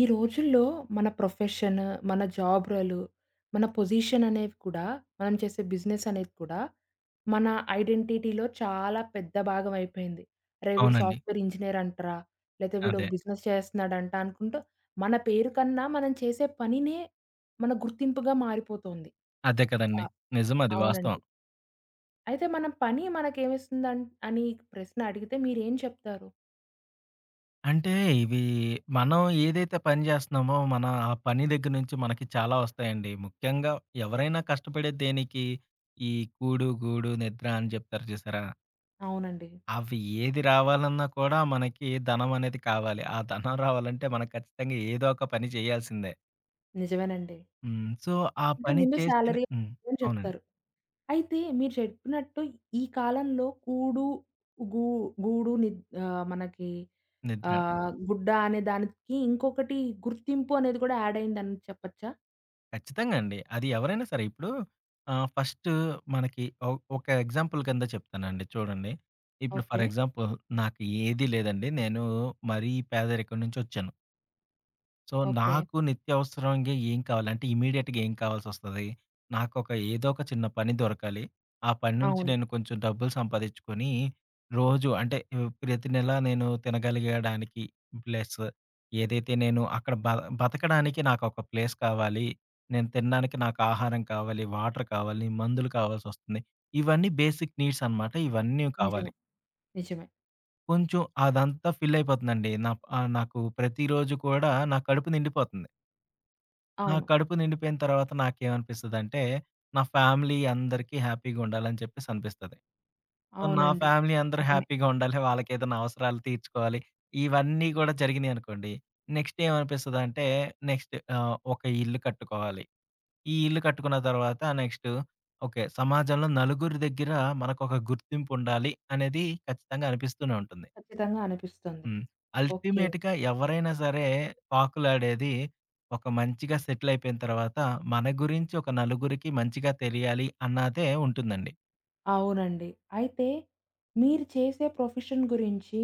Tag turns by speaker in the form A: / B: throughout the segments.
A: ఈ రోజుల్లో మన ప్రొఫెషన్, మన జాబ్ రోలు, మన పొజిషన్ అనేవి కూడా, మనం చేసే బిజినెస్ అనేది కూడా మన ఐడెంటిటీలో చాలా పెద్ద భాగం అయిపోయింది. అరే! వీడు
B: అవునండి.
A: సాఫ్ట్‌వేర్ ఇంజినీర్ అంటరా! లేతే వీడు
B: అదే.
A: ఒక బిజినెస్ చేస్తున్నాడంట అనుకుంటూ మన పేరు కన్నా మనం చేసే పనినే మన గుర్తింపుగా మారిపోతోంది.
B: అదే
A: ఆ!
B: కదండీ. నిజం అది వాస్తవం.
A: అవునండి. అయితే మన పని మనకేమిస్తుందన్ అని ప్రశ్న అడిగితే మీరేం చెప్తారు?
B: అంటే ఇవి మనం ఏదైతే పని జేస్తున్నామో, మన ఆ పని దగ్గర నుంచి మనకి చాలా వస్తాయండి. ముఖ్యంగా ఎవరైనా కష్టపడేది దేనికి? ఈ కూడు, గూడు, నిద్ర అని జెప్తారు జూసారా?
A: అవునండి.
B: అవి ఏది రావాలన్నా కూడా మనకి ధనం అనేది కావాలి. ఆ ధనం రావాలంటే మనం ఖచ్చితంగా ఏదో ఒక పని చేయాల్సిందే.
A: నిజమేనండి.
B: హ్మ్. సో, ఆ
A: అంటే
B: పని
A: ముందు
B: చేస్తేనే
A: సాలరీ అని
B: అవునండి.
A: చెప్తారు. అయితే మీరు చెప్పినట్టు ఈ కాలంలో కూడు, గూ గూడు నిద్ మనకి
B: నిద్ర.
A: ఆహ్, హ్మ్. గుడ్డ అనే దానికి ఇంకొకటి గుర్తింపు అనేది కూడా యాడ్ అయిందని చెప్పచ్చా?
B: ఖచ్చితంగా అండి. అది ఎవరైనా సరే ఇప్పుడు ఫస్ట్ మనకి ఒక ఎగ్జాంపుల్ కింద చెప్తానండి చూడండి. ఇప్పుడు ఫర్
A: ఓకే.
B: ఎగ్జాంపుల్ నాకు ఏది లేదండి. నేను మరీ పేదరికం నుంచొచ్చాను. So,
A: okay.
B: నాకు నిత్యవసరంగా ఏం కావాలి? అంటే ఇమ్మీడియేట్‌గా ఏం కావాల్సొస్తది? నాకొక ఏదో ఒక చిన్న పని దొరకాలి. ఆ పని నుంచి
A: అవును.
B: నేను కొంచెం డబ్బులు సంపాదించుకొని, రోజు అంటే ప్రతి నెల నేను తినగలిగడానికి ప్లస్ ఏదైతే నేను అక్కడ బతకడానికి నాకొక ప్లేస్ కావాలి. నేను తినడానికి నాకు ఆహారం కావాలి, వాటర్ కావాలి, మందులు కావాల్సొస్తుంది. ఇవన్నీ బేసిక్ నీడ్స్ అనమాట. ఇవన్నీ కావాలి.
A: నిజమే. నిజమే.
B: కొంచెం అదంతా ఫిల్ అయిపోతుందండి. నాకు ప్రతిరోజు కూడా నా కడుపు నిండిపోతుంది. నా
A: అవును.
B: కడుపు నిండిపోయిన తర్వాత నాకేమనిపిస్తదంటే, నా ఫ్యామిలీ అందరికీ హ్యాపీగా ఉండాలని చెప్పేసి అనిపిస్తది. సో, నా
A: అవునండి.
B: ఫ్యామిలీ అందరూ
A: నిజమే.
B: హ్యాపీగా ఉండాలి. వాళ్ళకేదైనా అవసరాలు తీర్చుకోవాలి. ఇవన్నీ గూడా జరిగినియనుకోండి, నెక్స్ట్ ఏమనిపిస్తదంటే నెక్స్ట్ ఒక ఇల్లు కట్టుకోవాలి. ఈ ఇల్లు కట్టుకున్న తర్వాత నెక్స్ట్ ఓకే. సమాజంలో నలుగురి దగ్గర మనకొక గుర్తింపు ఉండాలి అనేది ఖచ్చితంగా అనిపిస్తూనే ఉంటుంది.
A: ఖచ్చితంగా అనిపిస్తుంది.
B: హ్మ్.
A: ఓకే.
B: అల్టిమేట్‌గా ఎవరైనా సరే పాకులాడేది ఒక మంచిగా సెటిల్ అయిపోయిన తర్వాత మన గురించి ఒక నలుగురికి మంచిగా తెలియాలి అన్నదే ఉంటుందండి.
A: అవునండి. అయితే మీరు చేసే ప్రొఫెషన్ గురించి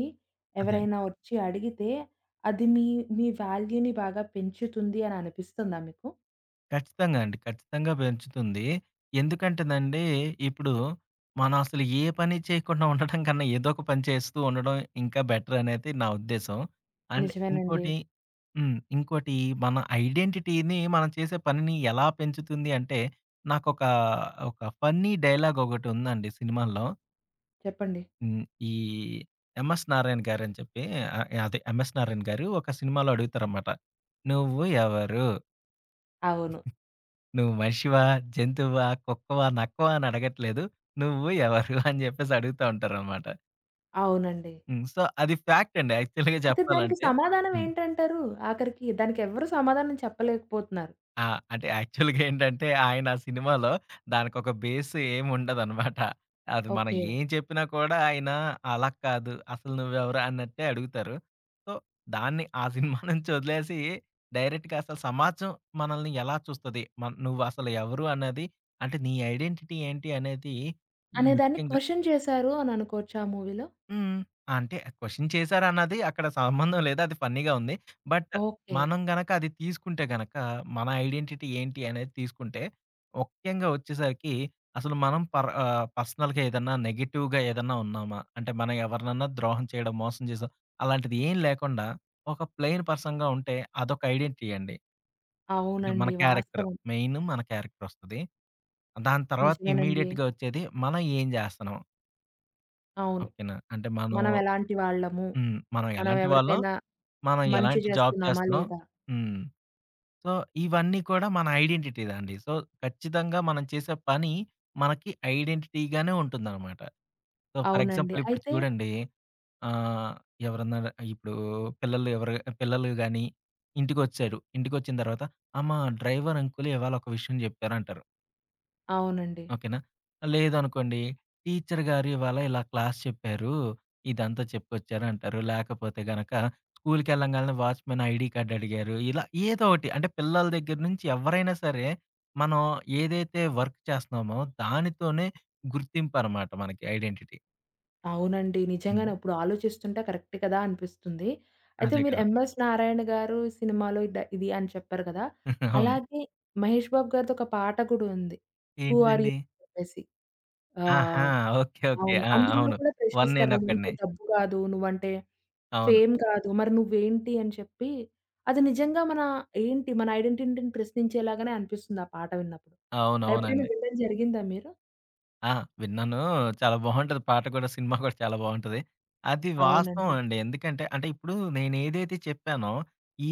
B: అదే
A: ఎవరైనా వచ్చి అడిగితే అది మీ, మీ వాల్యూని బాగా పెంచుతుంది అని అనిపిస్తుందా మీకు?
B: ఖచ్చితంగా అండి. ఖచ్చితంగా పెంచుతుంది. ఎందుకంటేనండి, ఇప్పుడు మనం అసలు ఏ పని చేయకుండా ఉండటం కన్నా ఏదో ఒక పని చేస్తూ ఉండడం ఇంకా బెటర్ అనేది నా ఉద్దేశం. అండ్
A: నిజమేనండి.
B: ఇంకోటి హ్మ్. ఇంకోటి మన ఐడెంటిటీని మనం చేసే పనిని ఎలా పెంచుతుంది అంటే, నాకొక ఒక ఒక ఫన్నీ డైలాగ్ ఒకటుందండి సినిమాల్లో.
A: చెప్పండి.
B: హ్మ్. ఈ 'ఎంఎస్ నారాయణ' గారని చెప్పి అదే 'ఎంఎస్ నారాయణ' గారు ఒక సినిమాలో అడుగుతారనమాట. "నువ్వు ఎవరు?"
A: అవును.
B: నువ్వు మనిషివా? జంతువా? కుక్కవా? నక్కవా? అని అడగట్లేదు. నువ్వు ఎవరు? అని జెప్పేసి అడుగుతా ఉంటారనమాట.
A: అవునండి.
B: హ్మ్. సో, అది ఫ్యాక్ట్ అండి యాక్చువల్‌గా
A: అయితే దానికి
B: చెప్పాలంటే.
A: సమాధానం
B: హ్మ్.
A: ఏంటంటారు? ఆఖరికి దానికి ఎవ్వరు సమాధానం చెప్పలేకపోతున్నారు.
B: ఆ! అంటే యాక్చువల్‌గా ఏంటంటే, ఆయన ఆ సినిమాలో దానికొక బేస్ ఏముండదనమాట. అది మనం
A: ఓకే.
B: ఏం చెప్పినా కూడా ఆయన అలా కాదు, అసలు నువ్వెవరు అన్నట్టే అడుగుతారు. సో, దాన్ని ఆ సినిమా నుంచి వదిలేసి డైరెక్ట్‌గా అసలు సమాజం మనల్ని ఎలా చూస్తది? నువ్వసలు ఎవరు అన్నది అంటే నీ ఐడెంటిటీ ఏంటి అనేది
A: అనేదాన్ని
B: ముఖ్యంగా
A: క్వెషన్ చేశారు అని అనుకోవచ్చా ఆ మూవీలో?
B: హ్మ్. ఆ! అంటే క్వెషన్ చేశారన్నది అక్కడ సంబంధం లేదు. అది ఫన్నీగా ఉంది. But
A: okay.
B: మనం గనక అది తీసుకుంటే గనక, మన ఐడెంటిటీ ఏంటి అనేది తీసుకుంటే, ముఖ్యంగా వచ్చేసరికి అసలు మనం పర్సనల్‌గా ఏదన్నా నెగెటివ్‌గా ఏదన్నా ఉన్నామా? అంటే మనం ఎవరినన్నా ద్రోహం చేయడం, మోసం చేసాం అలాంటిది ఏం లేకుండా ఒక ప్లెయిన్ పర్సన్‌గా ఉంటే అదొక ఐడెంటిటీ అండి. అంటే మన
A: అవునండి.
B: క్యారెక్టర్.
A: వాస్తవం.
B: మెయిన్ మన క్యారెక్టర్ వస్తది. దాని తర్వాత
A: నిజమేనండి.
B: ఇమ్మీడియేట్‌గా వచ్చేది మనం ఏం చేస్తున్నాం.
A: అవును.
B: ఓకేనా? అంటే మనం
A: మనం ఎలాంటి వాళ్ళము?
B: హ్మ్. మనం
A: మనం
B: ఎలాంటి వాళ్ళం,
A: ఎవరికైనా
B: మనం
A: మంచి
B: ఎలాంటి జాబ్
A: చేస్తున్నామా
B: చేస్తున్నాం.
A: లేదా?
B: హ్మ్. సో, ఇవన్నీ కూడా మన ఐడెంటిటీ అండి. సో, ఖచ్చితంగా మనం చేసే పని మనకి ఐడెంటిటీగానే ఉంటుందనమాట. సో, ఫర్
A: అవునండి.
B: ఎగ్జాంపుల్ ఇప్పుడు
A: అయితే
B: చూడండి ఆహ్, ఎవరన్నా ఇప్పుడు పిల్లలు ఎవరు పిల్లలు గాని ఇంటికొచ్చారు. ఇంటికొచ్చిన తర్వాత, "అమ్మా డ్రైవర్ అంకుల్ ఇవాళ ఒక విషయం చెప్పారు" అంటారు.
A: అవునండి.
B: ఓకేనా? లేదనుకోండి, టీచర్ గారు ఇవాళ ఇలా క్లాస్ చెప్పారు. ఇదంతా చెప్పుకొచ్చారు అంటారు. లేకపోతే గనక స్కూలుకెళ్ళంగాల్నే వాచ్‌మెన్ ఐడీ కార్డ్ అడిగారు. ఇలా ఏదో ఒకటి అంటే పిల్లల దగ్గర నుంచి ఎవరైనా సరే, మనం ఏదైతే వర్క్ చేస్తున్నామో దానితోనే గుర్తింపనమాట మనకి ఐడెంటిటీ.
A: అవునండి.
B: హ్మ్.
A: నిజంగానే ఇప్పుడు ఆలోచిస్తుంటే కరెక్ట్ కదా అనిపిస్తుంది. అయితే
B: అదే
A: మీరు
B: కదా!
A: 'ఎంఎస్ నారాయణ' గారు సినిమాలో ఇది అని చెప్పారు కదా!
B: అవును.
A: అలాగే మహేష్ బాబు గారిది ఒక పాట కూడా ఉంది. 'హూ ఆర్ యూ'
B: ఏంటిదండి?
A: అని చెప్పేసి.
B: ఆహా!
A: ఆహ్,
B: ఓకే. ఓకే.
A: అవును.
B: ఆ!
A: అందులో
B: అవును.
A: కూడా
B: 1
A: ప్రశ్నిస్తారు. "నువ్వంటే
B: నేనొక్కడినే.
A: డబ్బు కాదు, నువ్వంటే
B: అవును.
A: ఫేమ్ కాదు, మరి నువ్వేంటి?" అని చెప్పి అది నిజంగా మన ఏంటి మన ఐడెంటిటీని ప్రశ్నించేలాగానే అనిపిస్తుంది ఆ పాట విన్నప్పుడు. అది ఎప్పుడైనా
B: అవునవునండి.
A: వినడం జరిగిందా మీరు?
B: ఆ! విన్నాను. చాలా బావుంటది. పాట కూడా, సినిమా కూడా చాలా బావుంటది. అది వాస్తవం
A: అవునండి.
B: అండి. ఎందుకంటే అంటే ఇప్పుడు నేనేదైతే చెప్పానో,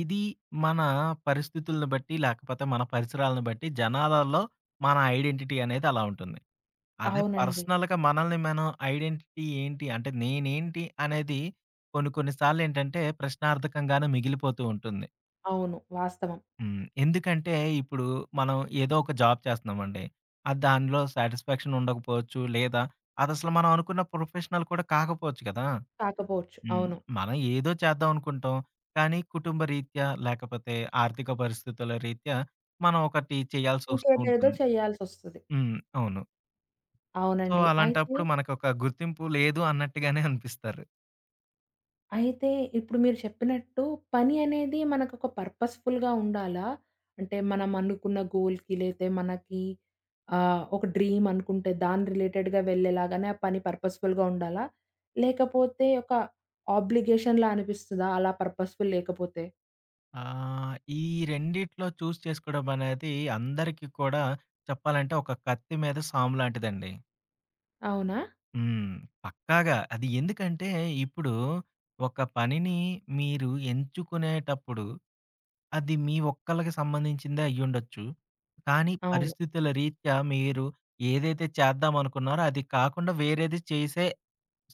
B: ఇది మన పరిస్థితులను బట్టి, లేకపోతే మన పరిసరాలను బట్టి జనాలలో మన ఐడెంటిటీ అనేది అలా ఉంటుంది. అదే
A: అవునండి.
B: పర్సనల్‌గా మనల్ని మనం ఐడెంటిటీ ఏంటి? అంటే నేనేంటి? అనేది కొన్ని కొన్ని సార్లేంటంటే ప్రశ్నార్థకంగానే మిగిలిపోతూ ఉంటుంది.
A: అవును. వాస్తవం.
B: హ్మ్. ఎందుకంటే, ఇప్పుడు మనం ఏదో ఒక జాబ్ చేస్తున్నామండి. అది దానిలో సాటిస్ఫాక్షన్ ఉండకపోవచ్చు. లేదా అదసలు మనం అనుకున్న ప్రొఫెషనల్ కూడా కాకపోవచ్చు కదా!
A: కాకపోవచ్చు.
B: హ్మ్.
A: అవును.
B: మనం ఏదో చేద్దాం అనుకుంటాం. కానీ కుటుంబ రీత్యా, లేకపోతే ఆర్థిక పరిస్థితుల రీత్యా మనం ఒకటి చేయాల్సొస్తూ
A: ఇంకేదేదో
B: ఉంటుంది.
A: ఓకే. చేయాల్సొస్తది.
B: హ్మ్. అవును. సో,
A: అవునండి. అయితే,
B: అలాంటప్పుడు మనకొక గుర్తింపు లేదు అన్నట్టుగానే అనిపిస్తారు.
A: అయితే ఇప్పుడు మీరు చెప్పినట్టు పని అనేది మనకొక పర్పస్‌ఫుల్‌గా ఉండాలా? అంటే మనం అనుకున్న గోల్‌కి లేతే మనకి ఒక డ్రీమ్ అనుకుంటే దాని రిలేటెడ్‌గా వెళ్ళేలాగానే ఆ పని పర్పస్‌ఫుల్‌గా ఉండాలా? లేకపోతే ఒక ఆబ్లిగేషన్‌లా అనిపిస్తదా అలా పర్పస్‌ఫుల్ లేకపోతే?
B: ఈ రెండిట్లో చూజ్ చేసుకోవడం అనేది అందరికీ కూడా చెప్పాలంటే ఒక కత్తి మీద సాము లాంటిదండి.
A: అవునా?
B: హ్మ్. పక్కాగా. అది ఎందుకంటే, ఇప్పుడు ఒక పనిని మీరు ఎంచుకునేటప్పుడు, అది మీ ఒక్కళ్ళకి సంబంధించిందే అయ్యుండొచ్చు. కానీ
A: అవును.
B: పరిస్థితుల రీత్యా మీరు ఏదైతే చేద్దామనుకున్నారో, అది కాకుండా వేరేది చేసే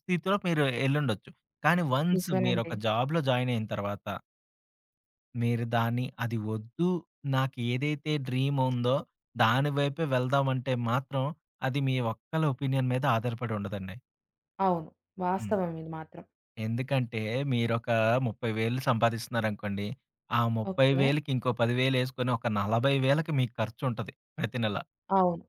B: స్థితిలో మీరు ఎళ్ళుండొచ్చు. కానీ వన్స్
A: నిజమేనండి.
B: మీరొక జాబ్‌లో జాయిన్ అయిన తర్వాత, మీరు దాన్ని అది వద్దు, నాకు ఏదైతే డ్రీమ్ ఉందో, దాని వైపే వెళ్దామంటే మాత్రం, అది మీ ఒక్కళ్ళ ఒపీనియన్ మీద ఆధారపడి ఉండదండి.
A: అవును.
B: హ్మ్.
A: వాస్తవం ఇది మాత్రం.
B: ఎందుకంటే మీరొక 30,000 సంపాదిస్తున్నారనుకోండి. ఆ
A: ఓకే.
B: 30,000కి ఇంకో 10,000 ఎసుకొని ఒక 40,000కి మీకు ఖర్చుంటది ప్రతి నెల.
A: అవును.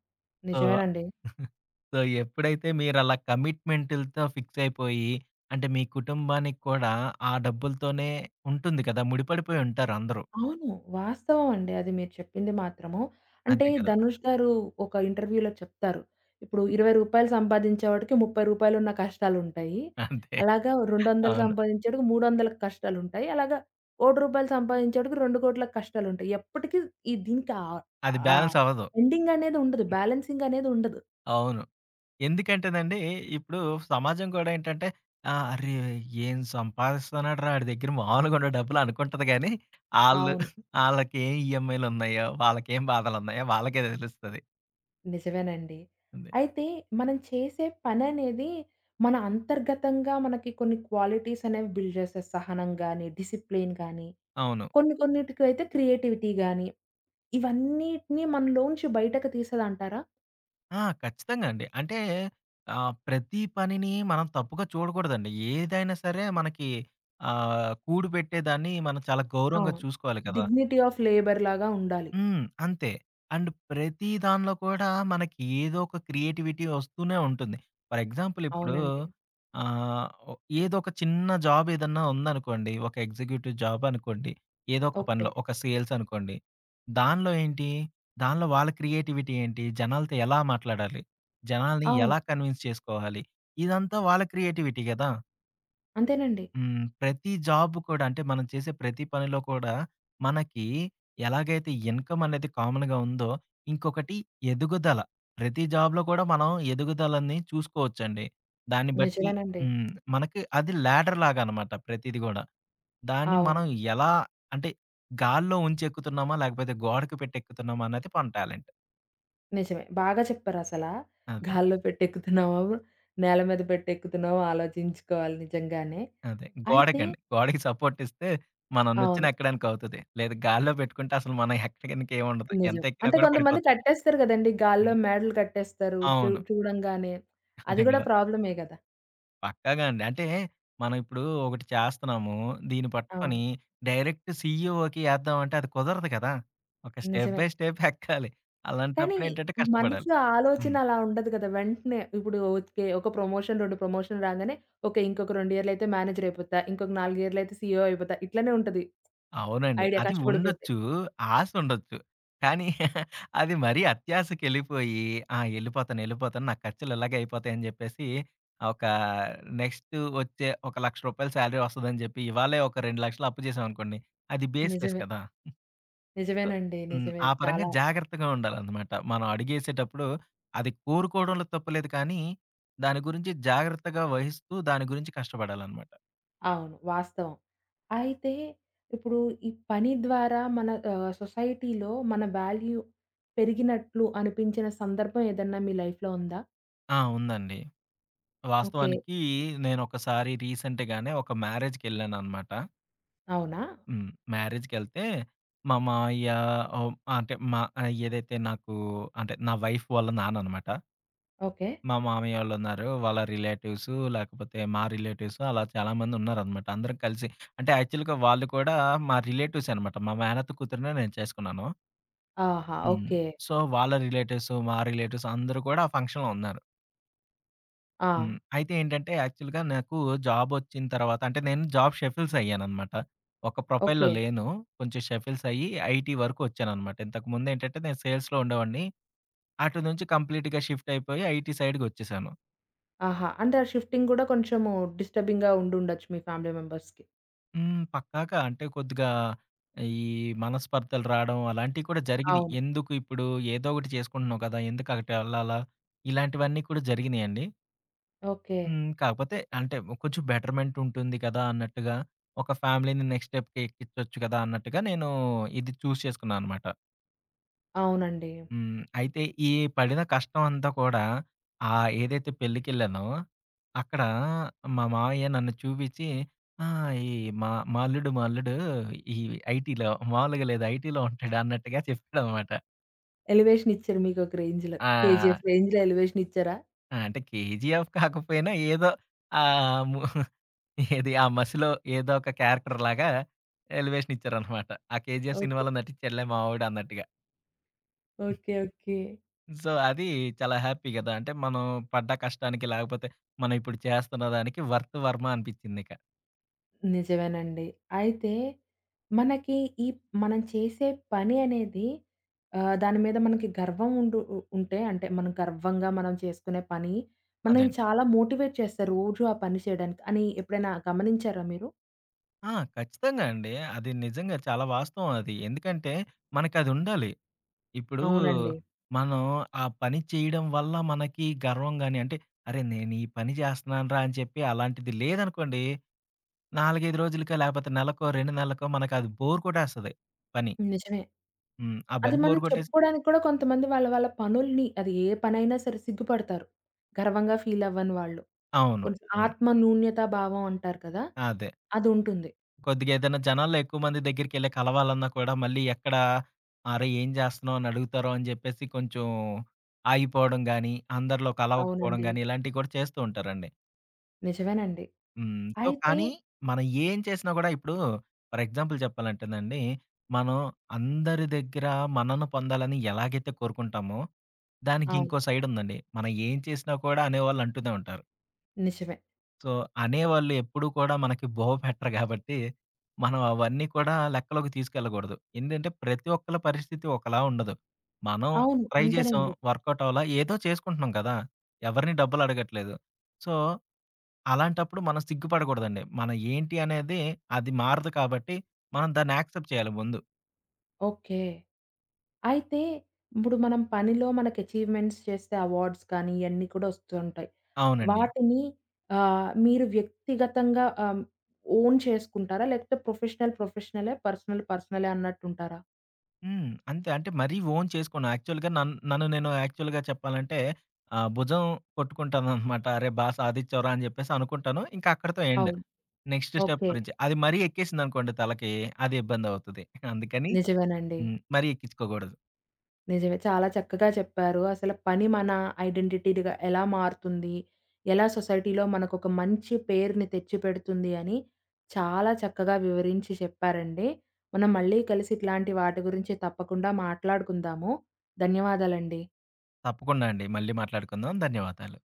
B: సో,
A: నిజమేనండి.
B: సో, ఎప్పుడైతే మీరలా కమిట్మెంటులతో ఫిక్స్ అయిపోయి అంటే మీ కుటుంబానికి కూడా ఆ డబ్బులతోనే ఉంటుంది కదా! ముడిపడిపోయి ఉంటారు అందరూ.
A: అవును. వాస్తవం అండి. అది మీరు చెప్పింది మాత్రము. అంటే
B: అంతే కదా!
A: ధనుష్ గారు ఒక ఇంటర్వ్యూలో చెప్తారు. ఇప్పుడు రూ. 20 సంపాదించేవాడికి రూ. 30 ఉన్న కష్టాలుంటాయి.
B: అంతే.
A: అలాగా 200
B: అవును.
A: సంపాదించేవాడికి 300 కష్టాలుంటాయి. అలాగా రూ. 1,00,00,000 సంపాదించేవాడికి 2,00,00,000 కష్టాలుంటాయి. ఎప్పటికి ఈ దీనికి ఆహ్,
B: అది
A: ఆహ్,
B: బ్యాలెన్స్ అవ్వదు.
A: ఎండింగ్ అనేది ఉండదు. బ్యాలెన్సింగ్ అనేది ఉండదు.
B: అవును. ఎందుకంటేనండి, ఇప్పుడు సమాజం కూడా ఏంటంటే, "అరే! ఏం సంపాదిస్తున్నాడు రా! ఆడి దగ్గర మామూలుగా ఉండవు డబ్బులు" అనుకుంటది గానీ, ఆళ్ళు
A: అవును.
B: ఆళ్ళకేం ఈఎంఐలున్నాయో, వాళ్ళకేం బాధలున్నాయో వాళ్ళకే తెలుస్తది.
A: నిజమేనండి.
B: అంతే.
A: అయితే మనం చేసే పననేది మన అంతర్గతంగా మనకి కొన్ని క్వాలిటీస్ అనేవి బిల్డ్ చేస్తాయి. సహనం గాని, డిసిప్లిన్ గాని,
B: అవును.
A: కొన్ని కొన్నిటికి అయితే క్రియేటివిటీ గాని, ఇవన్నిటిని మనలోంచి బయటకు తీసేదంటారా?
B: ఆ! ఖచ్చితంగా అండి. అంటే ప్రతి పనిని మనం తప్పుగా చూడకూడదండి. ఏదైనా సరే మనకి కూడుపెట్టేదాన్ని మనం చాలా గౌరవంగా
A: అవును.
B: చూసుకోవాలి కదా!
A: డిగ్నిటీ ఆఫ్ లేబర్ లాగా ఉండాలి.
B: హ్మ్. అంతే. అండ్ ప్రతి దానిలో కూడా మనకి ఏదో ఒక క్రియేటివిటీ వస్తూనే ఉంటుంది. ఫర్ ఎగ్జాంపుల్ ఇప్పుడు
A: అవునండి.
B: ఆహ్, ఒ ఏదో ఒక చిన్న జాబ్ ఏదన్నా ఉందనుకోండి. ఒక ఎగ్జిక్యూటివ్ జాబ్ అనుకోండి. ఏదో ఒక
A: ఓకే.
B: పనిలో ఒక సేల్స్ అనుకోండి. దానిలో ఏంటి? దానిలో వాళ్ళ క్రియేటివిటీ ఏంటి? జనాలతో ఎలా మాట్లాడాలి? జనాల్ని
A: అవును.
B: ఎలా కన్విన్స్ చేసుకోవాలి? ఇదంతా వాళ్ళ క్రియేటివిటీ గదా!
A: అంతేనండి.
B: హ్మ్. ప్రతి జాబ్ కూడా అంటే మనం చేసే ప్రతి పనిలో కూడా మనకి ఎలాగైతే ఇన్‌కమ్ అనేది కామన్‌గా ఉందో, ఇంకొకటి ఎదుగుదల. ప్రతి జాబ్‌లో కూడా మనం ఎదుగుదలని చూసుకోవచ్చండి. దాన్ని బట్టి
A: నిజమేనండి.
B: హ్మ్. మనకి అది లాడర్ లాగా అన్నమాట ప్రతీది గూడా. దాన్ని
A: అవును.
B: మనం ఎలా అంటే గాల్లో ఉంచెక్కుతున్నామా? లేకపోతే గోడకి పెట్టి ఎక్కుతున్నామా? అన్నది మన టాలెంట్.
A: నిజమే. బాగా చెప్పారసలా.
B: అదే.
A: గాల్లో పెట్టెక్కుతున్నామా, నేల మీద పెట్టెక్కుతున్నామా ఆలోచించుకోవాలి నిజంగానే.
B: అదే.
A: అయితే
B: గోడకండి. గోడకి సపోర్ట్ ఇస్తే మనం నిచ్చెన
A: అవును.
B: ఎక్కడానికి అవుతది. లేదా గాల్లో పెట్టుకుంటే అసలు మనం ఎక్కడానికి ఏముండదు. ఎంత
A: నిజం.
B: ఎక్కినా
A: అంటే
B: కూడా
A: కొంతమంది
B: పడిపోతాం.
A: కట్టేస్తారు గదండీ!
B: హ్మ్.
A: గాల్లో మేడలు కట్టేస్తారు. చూ
B: అవును.
A: చూడంగానే.
B: అదే
A: అది గూడా
B: కదా!
A: ప్రాబ్లమే గదా!
B: పక్కాగా అండి. అంటే మనం ఇప్పుడు ఒకటి చేస్తున్నాము. దీన్ని పట్టుకొని
A: అవును.
B: డైరెక్ట్ సీఈఓకి ఏద్దామంటే అది కుదరదు కదా! ఒక స్టెప్
A: నిజమే.
B: బై స్టెప్ ఎక్కాలి.
A: కానీ
B: అలాంటప్పుడు ఏంటంటే కష్టపడాలి.
A: మనసులో ఆలోచన
B: హ్మ్.
A: అలా ఉండదు గదా! వెంటనే ఇప్పుడు ఓకే. ఒక ప్రమోషన్, 2 ప్రమోషన్‌లు రాగానే ఓకే. ఇంకొక 2 ఇయర్‌లయితే మేనేజర్ అయిపోతా. ఇంకొక 4 ఇయర్‌లయితే సీఈఓ అయిపోతా. ఇట్లనే ఉంటది
B: అవునండి.
A: ఐడియా
B: అది
A: కష్టపడిపోతే.
B: ఉండొచ్చు. ఆసుండొచ్చు. కానీ అది మరీ అత్యాశకెళ్ళిపోయి, ఆ! ఎళ్ళిపోతాను, ఎళ్ళిపోతాను. నా ఖర్చులు ఇలాగే అయిపోతాయని జెప్పేసి, ఒక నెక్స్ట్ వచ్చే ఒక రూ. 1,00,000 శాలరీ వస్తదని జెప్పి, ఇవాళే ఒక 2,00,000 అప్పు చేశామనుకోండి, అది బేస్‌లెస్
A: నిజమే.
B: కదా! సో
A: నిజమేనండి.
B: హ్మ్.
A: నిజమే.
B: ఆ పరంగా
A: చాలా
B: జాగ్రత్తగా ఉండాలనమాట. మనం అడుగేసేటప్పుడు అది కోరుకోవడంలో తప్పులేదు కానీ, దాని గురించి జాగ్రత్తగా వహిస్తూ, దాని గురించి కష్టపడాలనమాట.
A: అవును. వాస్తవం. అయితే ఇప్పుడు ఈ పని ద్వారా మన సొసైటీలో మన వాల్యూ పెరిగినట్లు అనిపించిన సందర్భం ఏదన్నా మీ లైఫ్‌లో ఉందా?
B: ఆ! ఉందండి.
A: ఓకే.
B: వాస్తవానికి నేనొకసారి రీసెంట్‌గానే ఒక మ్యారేజ్‌కెళ్ళాననమాట.
A: అవునా?
B: హ్మ్. మ్యారేజ్‌కెళ్తే మా మావయ్య ఆహ్, అంటే మా ఏదైతే నాకు అంటే నా వైఫ్ వాళ్ళ నాన్ననమాట.
A: ఓకే.
B: మా మామయ్య వాళ్ళున్నారు. వాళ్ళ రిలేటివ్సు లేకపోతే మా రిలేటివ్సు అలా చాలామందున్నారనమాట. అందరం కలిసి అంటే యాక్చువల్‌గా వాళ్ళు కూడా మా రిలేటివ్సే అనమాట. మా మేనత్త కూతురినే నేను చేసుకున్నాను.
A: ఆహా!
B: హ్మ్.
A: ఓకే.
B: సో, వాళ్ళ రిలేటివ్సు, మా రిలేటివ్స్ అందరూ కూడా ఆ ఫంక్షన్‌లో ఉన్నారు.
A: ఆ!
B: హ్మ్. అయితే ఏంటంటే, యాక్చువల్‌గా నాకు జాబొచ్చిన తర్వాత అంటే, నేను జాబ్ షఫిల్స్ అయ్యాననమాట. ఒక ప్రొఫైల్‌లో
A: ఓకే.
B: లేను. కొంచెం షఫిల్స్ అయ్యి, ఐటీ వరకు వచ్చాననమాట. ఇంతకుముందేంటంటే, నేను సేల్స్‌లో ఉండేవాడిని. అటు నుంచి కంప్లీట్‌గా షిఫ్ట్ అయిపోయి, ఐటీ సైడ్‌కొచ్చేసాను.
A: ఆహా! అంటే ఆ షిఫ్టింగ్ గూడా కొంచెము డిస్టర్బింగ్‌గా ఉండుండొచ్చు మీ ఫ్యామిలీ మెంబర్స్‌కి.
B: హ్మ్. పక్కాగా అంటే, కొద్దిగా ఈ మనస్పర్ధలు రాడం అలాంటివి కూడా జరిగినియి.
A: అవును.
B: ఎందుకు ఇప్పుడు ఏదో ఒకటి చేసుకుంటున్నావు కదా! ఎందుకు అటు ఎళ్ళాలా? ఇలాంటివన్నీ కూడా జరిగినియండి.
A: ఓకే.
B: హ్మ్. కాకపోతే అంటే కొంచెం బెటర్‌మెంట్ ఉంటుంది కదా! అన్నట్టుగా ఒక ఫ్యామిలీ‌ని నెక్స్ట్ స్టెప్‌కి ఎక్కించొచ్చు కదా! అన్నట్టుగా నేను ఇది చూజ్ చేసుకున్నాననమాట.
A: అవునండి.
B: హ్మ్. అయితే ఈ పడిన కష్టం అంతా కూడా ఏదైతే పెళ్ళికెళ్ళానో అక్కడ మా మావయ్య నన్ను చూపించి "ఆ! ఈ మా మా అల్లుడు ఈ ఐటీలో మామూలుగా లేదు ఐటీలో ఉంటాడు" అన్నట్టుగా చెప్పాడనమాట.
A: ఎలివేషన్ ఇచ్చారు మీకొక రేంజ్‌లో.
B: ఆ!
A: 'కేజీఎఫ్' రేంజ్‌లో ఎలివేషన్ ఇచ్చారా?
B: అంటే కేజీఎఫ్ కాకపోయినా ఏదో ఆహ్, ము ఏది ఆ మసిలో ఏదో ఒక క్యారెక్టర్ లాగా ఎలివేషన్ ఇచ్చారనమాట. ఆ 'కేజీఎఫ్'
A: ఓకే.
B: సినిమాలో నటించాడులే మావోడు అన్నట్టుగా.
A: ఓకే. ఓకే.
B: సో, అది చాలా హ్యాపీ గదా! అంటే మనం పడ్డ కష్టానికి లేకపోతే మనం ఇప్పుడు చేస్తున్న దానికి వర్త్ వర్మ అనిపించిందిక.
A: నిజమేనండి. అయితే మనకి ఈ మనం చేసే పని అనేది దాని మీద మనకి గర్వం ఉండు ఉ ఉంటే అంటే మనం గర్వంగా మనం చేసుకునే పని మనల్ని
B: అదండి.
A: చాలా మోటివేట్ చేస్తారు రోజు ఆ పని చేయడానికి అని ఎప్పుడైనా గమనించారా మీరు?
B: ఆ! ఖచ్చితంగా అండి. అది నిజంగా చాలా వాస్తవం అది. ఎందుకంటే మనకదుండాలి. ఇప్పుడు
A: అవునండి.
B: మనం ఆ పని చేయడం వల్ల మనకి గర్వం గాని, అంటే అరే! నేను ఈ పని చేస్తున్నానురా అని చెప్పి అలాంటిది లేదనుకోండి 4, 5 రోజులకో, లేపోతే నెలకో, 2 నెలలకో మనకది బోర్ కొట్టేస్తది పని.
A: నిజమే.
B: హ్మ్. ఆ
A: అది
B: పని
A: మనం
B: బోర్ కొట్టేసి
A: చెప్పుకోవడానికి కూడా కొంతమంది వాళ్ళ వాళ్ళ పనుల్ని అది ఏ పనైనా సరే సిగ్గుపడతారు. గర్వంగా ఫీల్ అవ్వని వాళ్ళు.
B: అవును.
A: కొంచెం
B: అవును.
A: ఆత్మ న్యూన్యతా భావం అంటారు కదా!
B: అదే.
A: అది ఉంటుంది.
B: కొద్దిగా ఏదైనా జనాల్లో ఎక్కువ మంది దగ్గరికెళ్ళి కలవాలన్నా కూడా మళ్ళీ ఎక్కడ "అరే! ఏం చేస్తున్నావు?" అని అడుగుతారో అని చెప్పేసి కొంచెం ఆగిపోవడం గానీ, అందరిలో కలవకపోవడం
A: అవునండి.
B: గానీ, ఇలాంటివి కూడా చేస్తూ ఉంటారండి.
A: నిజమేనండి.
B: హ్మ్. సో,
A: అయితే
B: కానీ మనం ఏం చేసినా గూడా ఇప్పుడు ఫర్ ఎగ్జాంపుల్ చెప్పాలంటేనండి, మనం అందరి దగ్గర మన్నన పొందాలని ఎలాగైతే కోరుకుంటామో, దానికి
A: అవును.
B: ఇంకో సైడ్ ఉందండి. మనం ఏం చేసినా కూడా అనేవాళ్ళు అంటూనే ఉంటారు.
A: నిజమే.
B: సో, అనేవాళ్ళు ఎప్పుడూ కూడా మనకి బోవ పెట్టరు గాబట్టి, మనం అవన్నీ కూడా లెక్కలోకి తీసుకెళ్ళకూడదు. ఏంటంటే ప్రతి ఒక్కళ్ళ పరిస్థితి ఒకలా ఉండదు. మనం
A: అవును.
B: ట్రై జేసాం
A: అంతేనండి.
B: వర్కౌట్ అవ్వలా, ఏదో చేసుకుంటున్నాం కదా! ఎవరిని డబ్బులు అడగట్లేదు. సో అలాంటప్పుడు మనం సిగ్గుపడకూడదండి. మనం ఏంటి అనేది అది మారదు కాబట్టి, మనం దాన్ని యాక్సెప్ట్ చేయాలి ముందు.
A: ఓకే. అయితే ఇప్పుడు మనం పనిలో మనకి అచీవ్‌మెంట్స్ చేస్తే అవార్డ్స్ కానీ ఇయన్నీ కూడా వస్తూ ఉంటాయి.
B: అవునండి.
A: వాటిని మీరు వ్యక్తిగతంగా ఓన్ చేసుకుంటారా? లేకపోతే ప్రొఫెషనల్ ప్రొఫెషనలే, పర్సనల్ పర్సనలే అన్నట్టుంటారా?
B: హ్మ్. అంతే. అంటే మరీ ఓన్ చేసుకోను. యాక్చువల్‌గా నన్ను నేను యాక్చువల్‌గా చెప్పాలంటే భుజం కొట్టుకుంటాననమాట. అరే! బా సాధిచ్చావురా అని జెప్పేసి అనుకుంటాను. ఇంకా అక్కడితో ఎండ్.
A: అవును.
B: Next step
A: okay.
B: గురించి. అది మరీ ఎక్కేసిందనుకోండి తలకి, అది ఇబ్బందవుతది. అందుకని
A: నిజమేనండి.
B: హ్మ్. మరీ ఎక్కించుకోకూడదు.
A: నిజమే. చాలా చక్కగా చెప్పారు. అసలు పని మన ఐడెంటిటీ‌గా ఎలా మారుతుంది? ఎలా సొసైటీలో మనకొక మంచి పేరుని తెచ్చిపెడుతుంది అని చాలా చక్కగా వివరించి చెప్పారండి. మనం మళ్ళీ కలిసి ఇట్లాంటి వాటి గురించి తప్పకుండా మాట్లాడుకుందాము. ధన్యవాదాలండి.
B: తప్పకుండా అండి. మళ్ళీ మాట్లాడుకుందాం. ధన్యవాదాలు.